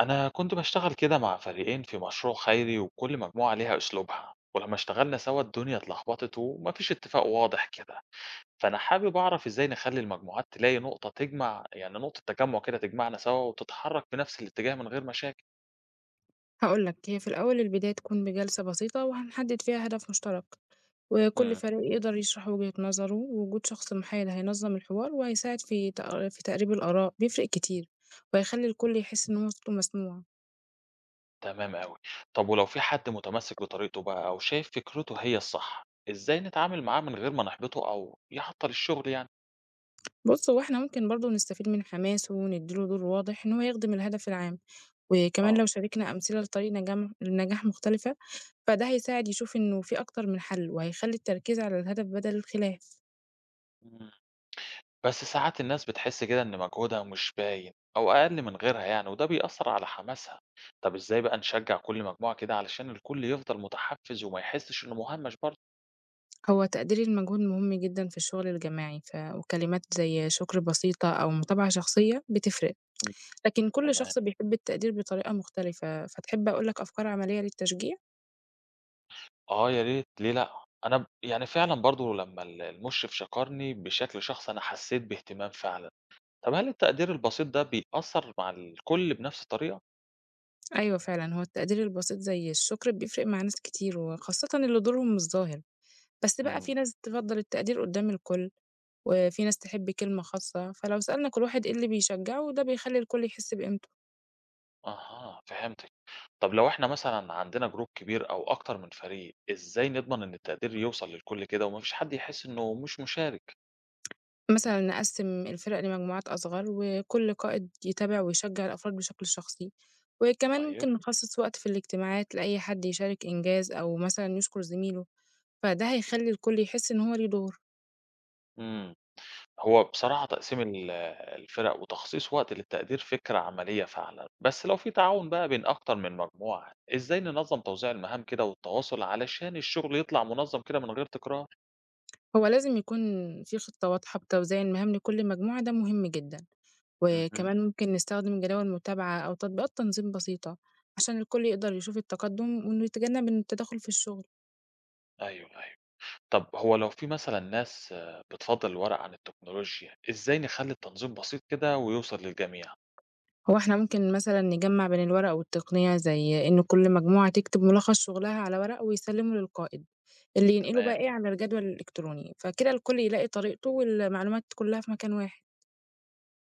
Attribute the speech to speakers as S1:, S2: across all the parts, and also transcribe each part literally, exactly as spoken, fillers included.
S1: أنا كنت بشتغل كده مع فريقين في مشروع خيري، وكل مجموعة ليها أسلوبها، ولما اشتغلنا سوا الدنيا اتلخبطت ومفيش اتفاق واضح كده. فأنا حابب أعرف إزاي نخلي المجموعات تلاقي نقطة تجمع، يعني نقطة تجمع كده تجمعنا سوا وتتحرك في نفس الاتجاه من غير مشاكل.
S2: هاقول لك، هي في الأول البداية تكون بجلسة بسيطة وهنحدد فيها هدف مشترك، وكل
S1: امم.
S2: فريق يقدر يشرح وجهة نظره، ووجود شخص محايد هينظم الحوار وهيساعد في تق في تقريب الآراء، بيفرق كتير، وهيخلّي الكل يحس إن هو صوته مسموع.
S1: تمام أوي. طب ولو في حد متمسك بطريقته بقى أو شايف فكرته هي الصح، إزاي نتعامل معاه من غير ما نحبطه أو يعطل الشغل يعني؟
S2: بُص، هو إحنا ممكن برضه نستفيد من حماسه وندّي له دور واضح إن هو يخدم الهدف العام، وكمان لو شاركنا أمثلة لطريق نجام لنجاح مختلفة، فده هيساعد يشوف إنه في أكتر من حل، وهيخلّي التركيز على الهدف بدل الخلاف.
S1: اه. بس ساعات الناس بتحس كده إن مجهودها مش باين أو أقل من غيرها يعني، وده بيأثر على حماسها. طب إزاي بقى نشجع كل مجموعة كده علشان الكل يفضل متحفز وما يحسش إنه مهمش برضه؟
S2: هو تقدير المجهود مهم جدًا في الشغل الجماعي، ف وكلمات زي شكر بسيطة أو متابعة شخصية بتفرق،
S1: مم.
S2: لكن كل
S1: تمام.
S2: شخص بيحب التقدير بطريقة مختلفة، فتحب أقول لك أفكار عملية للتشجيع؟
S1: آه، يا ريت، ليه لأ. أنا ب- يعني فعلا برضه، لما ال- المشرف شكرني بشكل شخصي أنا حسيت باهتمام فعلا. طب هل التقدير البسيط ده بيأثر مع الكل بنفس الطريقة؟
S2: أيوه فعلًا، هو التقدير البسيط زي الشكر بيفرق مع ناس كتير، وخاصة اللي دورهم مش ظاهر، بس بقى في
S1: مم.
S2: ناس تفضّل التقدير قدّام الكل، وفي ناس تحب كلمة خاصة، فلو سألنا كل واحد إيه اللي بيشجعه ده بيخلي الكل يحس بقيمته.
S1: أها، فهمتِك. طب لو إحنا مثلًا عندنا group كبير أو أكتر من فريق، إزاي نضمن إن التقدير يوصل للكل كده وما فيش حد يحس إنه مش مشارك؟
S2: مثلًا نقسّم الفرق لمجموعات أصغر، وكل قائد يتابع ويشجع الأفراد بشكل شخصي، وكمان
S1: طيب،
S2: ممكن نخصص وقت في الاجتماعات لأي حد يشارك إنجاز أو مثلًا يشكر زميله، فده هيخلّي الكل يحس إن هو ليه دور.
S1: إمم. هو بصراحة تقسيم ال الفرق وتخصيص وقت للتقدير فكرة عملية فعلًا، بس لو في تعاون بقى بين أكتر من مجموعة، إزاي ننظم توزيع المهام كده والتواصل علشان الشغل يطلع منظم كده من غير تكرار؟
S2: هو لازم يكون في خطة واضحة بتوزيع المهام لكل مجموعة، ده مهم جدًا.
S1: اهم.
S2: وكمان ممكن نستخدم جداول متابعة أو تطبيقات تنظيم بسيطة، عشان الكل يقدر يشوف التقدم وإنه يتجنب إن التدخل في الشغل.
S1: أيوه، أيوه. طب هو لو في مثلًا ناس آه، بتفضّل الورق عن التكنولوجيا، إزاي نخلّي التنظيم بسيط كده ويوصل للجميع؟
S2: هو إحنا ممكن مثلًا نجمّع بين الورق والتقنية، زي إن كل مجموعة تكتب ملخص شغلها على ورق ويسلّمه للقائد، اللي ينقله بقى
S1: تمام،
S2: إيه على الجدول الإلكتروني، فكده الكل يلاقي طريقته والمعلومات كلها في مكان واحد.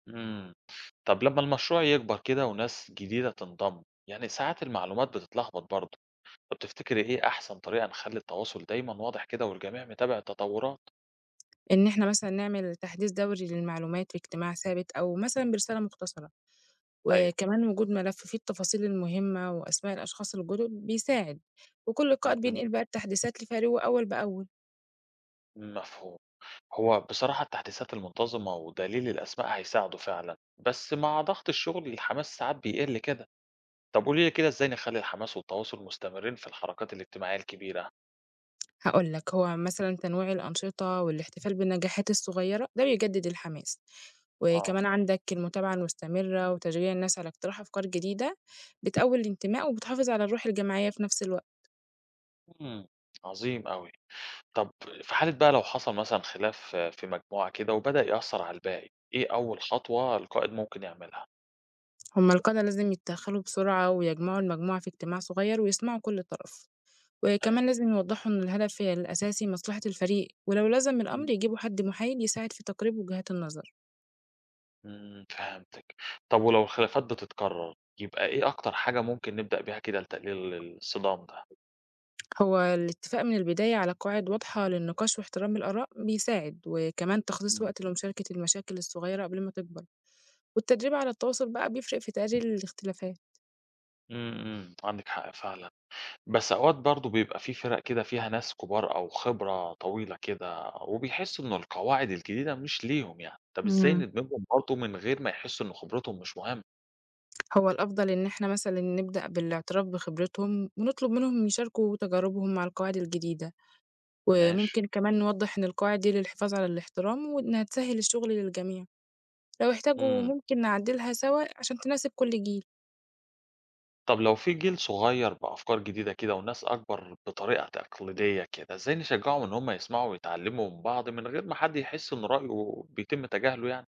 S1: إمم. طب لمّا المشروع يكبر كده وناس جديدة تنضم، يعني ساعات المعلومات بتتلخبط برضه، طب تفتكري إيه أحسن طريقة نخلّي التواصل دايمًا واضح كده والجميع متابع التطورات؟
S2: إن إحنا مثلًا نعمل تحديث دوري للمعلومات في اجتماع ثابت أو مثلًا برسالة مختصرة،
S1: أيوه،
S2: وكمان وجود ملف فيه التفاصيل المهمة وأسماء الأشخاص الجدد بيساعد، وكل قائد
S1: اهم،
S2: بينقل بقى التحديثات لفريقه أول بأول.
S1: مفهوم. هو بصراحة التحديثات المنتظمة ودليل الأسماء هيساعدوا فعلًا، بس مع ضغط الشغل الحماس ساعات بيقل كده. طب قولي لي كده إزاي نخلّي الحماس والتواصل مستمرين في الحركات الاجتماعية الكبيرة؟
S2: هاقول لك، هو مثلًا تنويع الأنشطة والاحتفال بالنجاحات الصغيّرة ده بيجدد الحماس،
S1: آه،
S2: وكمان عندك المتابعة المستمرة وتشجيع الناس على اقتراح أفكار جديدة بتقوي الانتماء وبتحافظ على الروح الجماعية في نفس الوقت.
S1: إمم، عظيم أوي. طب في حالة بقى لو حصل مثلًا خلاف آه، في مجموعة كده وبدأ يأثّر على الباقي، إيه أول خطوة القائد ممكن يعملها؟
S2: هم القادة لازم يتدخلوا بسرعة ويجمعوا المجموعة في اجتماع صغيّر ويسمعوا كل طرف،
S1: أيوه.
S2: وكمان لازم يوضحوا إن الهدف الأساسي مصلحة الفريق، ولو لزم الأمر
S1: إمم.
S2: يجيبوا حد محايد يساعد في تقريب وجهات النظر.
S1: إمم، فهمتِك. طب ولو الخلافات بتتكرر، يبقى إيه أكتر حاجة ممكن نبدأ بيها كده لتقليل الصدام ده؟
S2: هو الاتفاق من البداية على قواعد واضحة للنقاش واحترام الآراء بيساعد، وكمان تخصيص
S1: إمم.
S2: وقت لمشاركة المشاكل الصغيرة قبل ما تكبر، والتدريب على التواصل بقى بيفرق في تقليل الاختلافات.
S1: إمم، إمم، عندِك حق فعلًا. بس أوقات برضه بيبقى في فرق كده فيها ناس كبار أو خبرة طويلة كده وبيحسوا إن القواعد الجديدة مش ليهم يعني، طب إزاي
S2: امم
S1: ندمجهم برضه من غير ما يحسوا إن خبرتهم مش مهمة؟
S2: هو الأفضل إن احنا مثلا نبدأ بالاعتراف بخبرتهم ونطلب منهم يشاركوا تجاربهم مع القواعد الجديدة،
S1: ماشي.
S2: وممكن كمان نوضح إن القواعد دي للحفاظ على الاحترام وإنها تسهل الشغل للجميع. لو احتاجوا
S1: امم.
S2: ممكن نعدلها سوا عشان تناسب كل جيل.
S1: طب لو في جيل صغير بأفكار جديدة كده وناس أكبر بطريقة تقليدية كده، إزاي نشجعهم إن هم يسمعوا ويتعلموا من بعض من غير ما حد يحس إن رأيه بيتم تجاهله يعني؟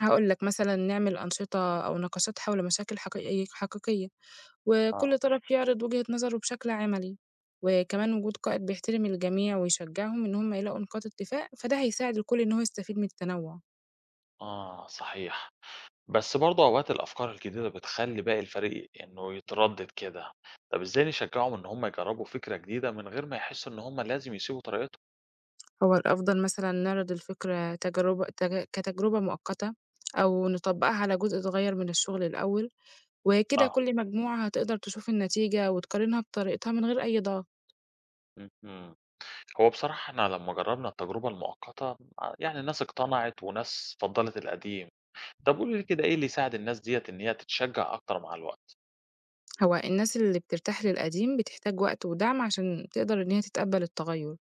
S2: هقولك مثلا نعمل أنشطة أو نقاشات حول مشاكل حقيقية حقيقية
S1: اه.
S2: وكل طرف يعرض وجهة نظره بشكل عملي، وكمان وجود قائد بيحترم الجميع ويشجعهم إن هم يلاقوا نقاط اتفاق، فده هيساعد الكل إن هو يستفيد من التنوع.
S1: آه صحيح. بس برضه أوقات الأفكار الجديدة بتخلّي باقي الفريق إنه يتردد كده، طب إزاي نشجّعهم إن هم يجرّبوا فكرة جديدة من غير ما يحسّوا إن هم لازم يسيبوا طريقتهم؟
S2: هو الأفضل مثلا نعرض الفكرة تجربة تج كتجربة مؤقتة أو نطبقها على جزء صغير من الشغل الأول، وكده
S1: آه،
S2: كل مجموعة هتقدر تشوف النتيجة وتقارنها بطريقتها من غير أي ضغط.
S1: اهم. هو بصراحة إحنا لمّا جرّبنا التجربة المؤقتة ع يعني ناس اقتنعت وناس فضّلت القديم، طب قولي لي كده إيه اللي يساعد الناس ديّة إن هي تتشجّع أكتر مع الوقت؟
S2: هو الناس اللي بترتاح للقديم بتحتاج وقت ودعم عشان تقدر إن هي تتقبل التغير.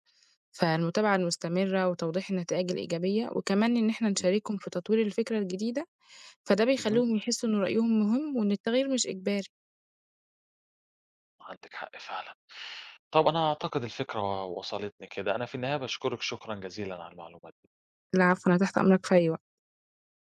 S2: فالمتابعة المستمرة وتوضيح النتائج الإيجابية وكمان إن إحنا
S1: إمم،
S2: نشاركهم في تطوير الفكرة الجديدة، فده
S1: اهم.
S2: بيخليهم يحسوا إن رأيهم مهم وإن التغيير مش إجباري.
S1: عندِك حق فعلًا، طب أنا أعتقد الفكرة وصلتني كده، أنا في النهاية باشكرِك شكرًا جزيلًا على المعلومات.
S2: العفو، أنا تحت أمرك في أي وقت.